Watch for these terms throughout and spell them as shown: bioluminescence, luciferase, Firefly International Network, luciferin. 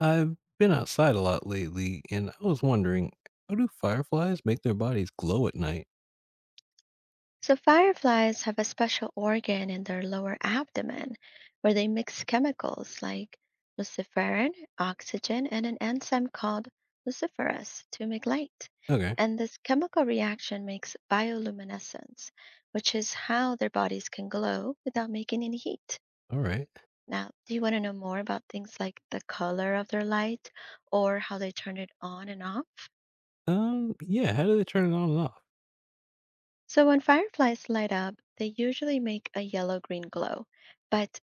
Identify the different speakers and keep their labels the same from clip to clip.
Speaker 1: I've been outside a lot lately, and I was wondering, how do fireflies make their bodies glow at night?
Speaker 2: So, fireflies have a special organ in their lower abdomen where they mix chemicals like luciferin, oxygen, and an enzyme called luciferase to make light.
Speaker 1: Okay.
Speaker 2: And this chemical reaction makes bioluminescence, which is how their bodies can glow without making any heat.
Speaker 1: All right.
Speaker 2: Now, do you want to know more about things like the color of their light or how they turn it on and off?
Speaker 1: Yeah, how do they turn it on and off?
Speaker 2: So, when fireflies light up, they usually make a yellow green glow. But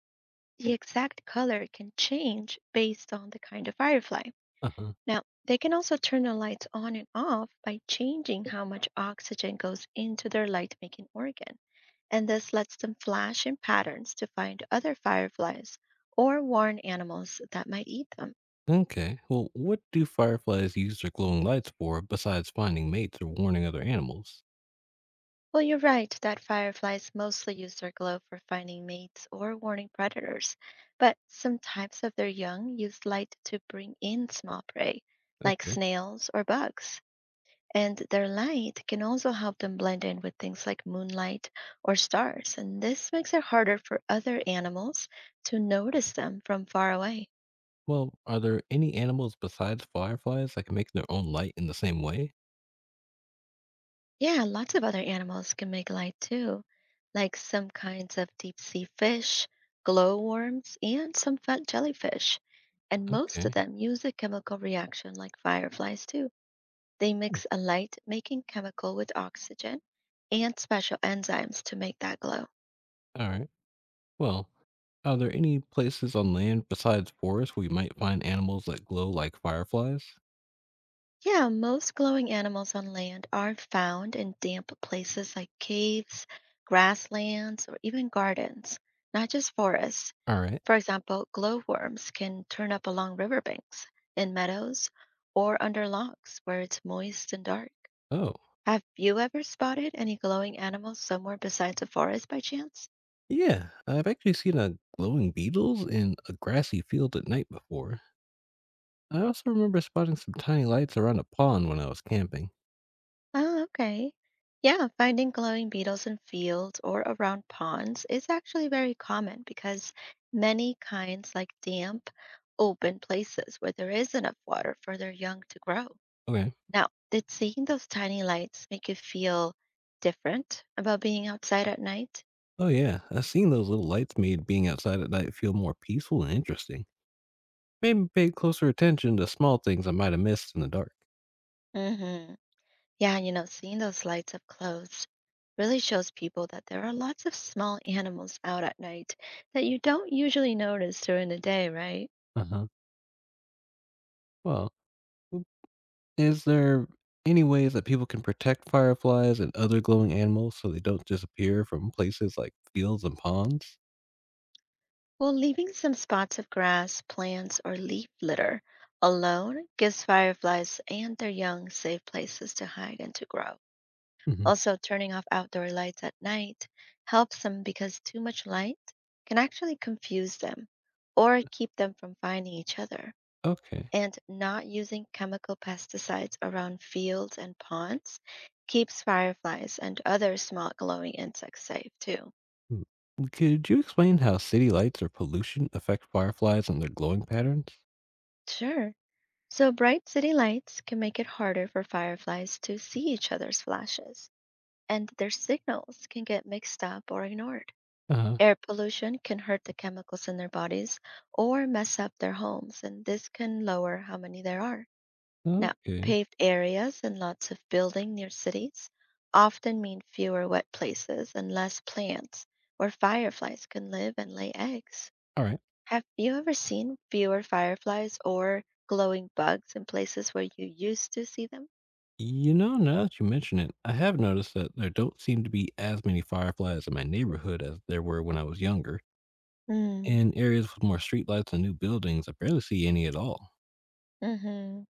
Speaker 2: the exact color can change based on the kind of firefly.
Speaker 1: Uh huh.
Speaker 2: Now, they can also turn the lights on and off by changing how much oxygen goes into their light making organ, and this lets them flash in patterns to find other fireflies or warn animals that might eat them.
Speaker 1: Okay, well, what do fireflies use their glowing lights for besides finding mates or warning other animals?
Speaker 2: Well, you're right that fireflies mostly use their glow for finding mates or warning predators, but some types of their young use light to bring in small prey, like
Speaker 1: Okay.
Speaker 2: snails or bugs. And their light can also help them blend in with things like moonlight or stars, and this makes it harder for other animals to notice them from far away.
Speaker 1: Well, are there any animals besides fireflies that can make their own light in the same way?
Speaker 2: Yeah, lots of other animals can make light too, like some kinds of deep sea fish, glowworms, and some fat jellyfish. And most of
Speaker 1: Okay.
Speaker 2: them use a chemical reaction like fireflies too. They
Speaker 1: Hmm.
Speaker 2: mix a light making chemical with oxygen and special enzymes to make that glow.
Speaker 1: All right. Well, are there any places on land besides forests where you might find animals that glow like fireflies?
Speaker 2: Yeah, most glowing animals on land are found in damp places like caves, grasslands, or even gardens, not just forests.
Speaker 1: All right.
Speaker 2: For example, glowworms can turn up along riverbanks, in meadows, or under logs where it's moist and dark.
Speaker 1: Oh,
Speaker 2: Have you ever spotted any glowing animals somewhere besides a forest by chance?
Speaker 1: yeah. I've actually seen a glowing beetles in a grassy field at night before. I also remember spotting some tiny lights around a pond when I was camping.
Speaker 2: Oh, okay. Yeah, finding glowing beetles in fields or around ponds is actually very common because many kinds like damp, open places where there is enough water for their young to grow.
Speaker 1: Okay.
Speaker 2: Now, did seeing those tiny lights make you feel different about being outside at night?
Speaker 1: Oh, yeah. I've seen those little lights made being outside at night feel more peaceful and interesting. Made me pay closer attention to small things I might have missed in the dark.
Speaker 2: Mm-hmm. Yeah, seeing those lights up close really shows people that there are lots of small animals out at night that you don't usually notice during the day, right?
Speaker 1: Uh huh. Well, is there any ways that people can protect fireflies and other glowing animals so they don't disappear from places like fields and ponds?
Speaker 2: Well, leaving some spots of grass, plants, or leaf litter alone gives fireflies and their young safe places to hide and to grow.
Speaker 1: Hmm.
Speaker 2: Also, turning off outdoor lights at night helps them because too much light can actually confuse them or keep them from finding each other.
Speaker 1: Okay.
Speaker 2: And not using chemical pesticides around fields and ponds keeps fireflies and other small glowing insects safe too.
Speaker 1: Hmm. Could you explain how city lights or pollution affect fireflies and their glowing patterns?
Speaker 2: Sure. So, bright city lights can make it harder for fireflies to see each other's flashes, and their signals can get mixed up or ignored.
Speaker 1: Uh huh.
Speaker 2: Air pollution can hurt the chemicals in their bodies or mess up their homes, and this can lower how many there are. Now,
Speaker 1: Okay.
Speaker 2: paved areas and lots of building near cities often mean fewer wet places and less plants where fireflies can live and lay eggs.
Speaker 1: All right.
Speaker 2: Have you ever seen fewer fireflies or glowing bugs in places where you used to see them?
Speaker 1: You know, now that you mention it, I have noticed that there don't seem to be as many fireflies in my neighborhood as there were when I was younger.
Speaker 2: Mm,
Speaker 1: In areas with more streetlights and new buildings, I barely see any at all.
Speaker 2: hmm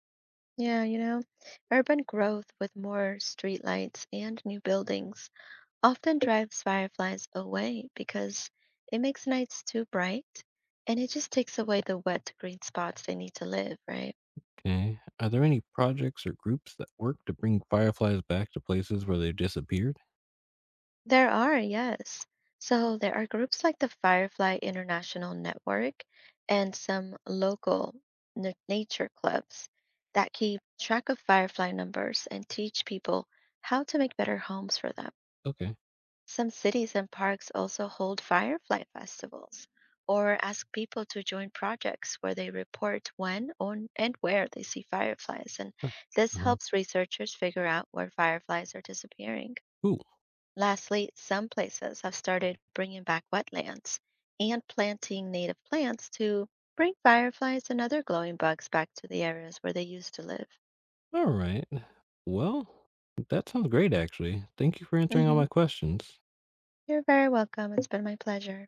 Speaker 2: Yeah, urban growth with more streetlights and new buildings often drives fireflies away because it makes nights too bright and it just takes away the wet green spots they need to live, right?
Speaker 1: Okay. Are there any projects or groups that work to bring fireflies back to places where they've disappeared?
Speaker 2: There are, yes. So there are groups like the Firefly International Network and some local nature clubs that keep track of firefly numbers and teach people how to make better homes for them.
Speaker 1: Okay.
Speaker 2: Some cities and parks also hold firefly festivals or ask people to join projects where they report when on and where they see fireflies. And
Speaker 1: Uh huh.
Speaker 2: this
Speaker 1: Uh-huh.
Speaker 2: helps researchers figure out where fireflies are disappearing.
Speaker 1: Cool.
Speaker 2: Lastly, some places have started bringing back wetlands and planting native plants to bring fireflies and other glowing bugs back to the areas where they used to live.
Speaker 1: All right. Well, that sounds great, actually. Thank you for answering all
Speaker 2: Hmm.
Speaker 1: my questions.
Speaker 2: You're very welcome. It's been my pleasure.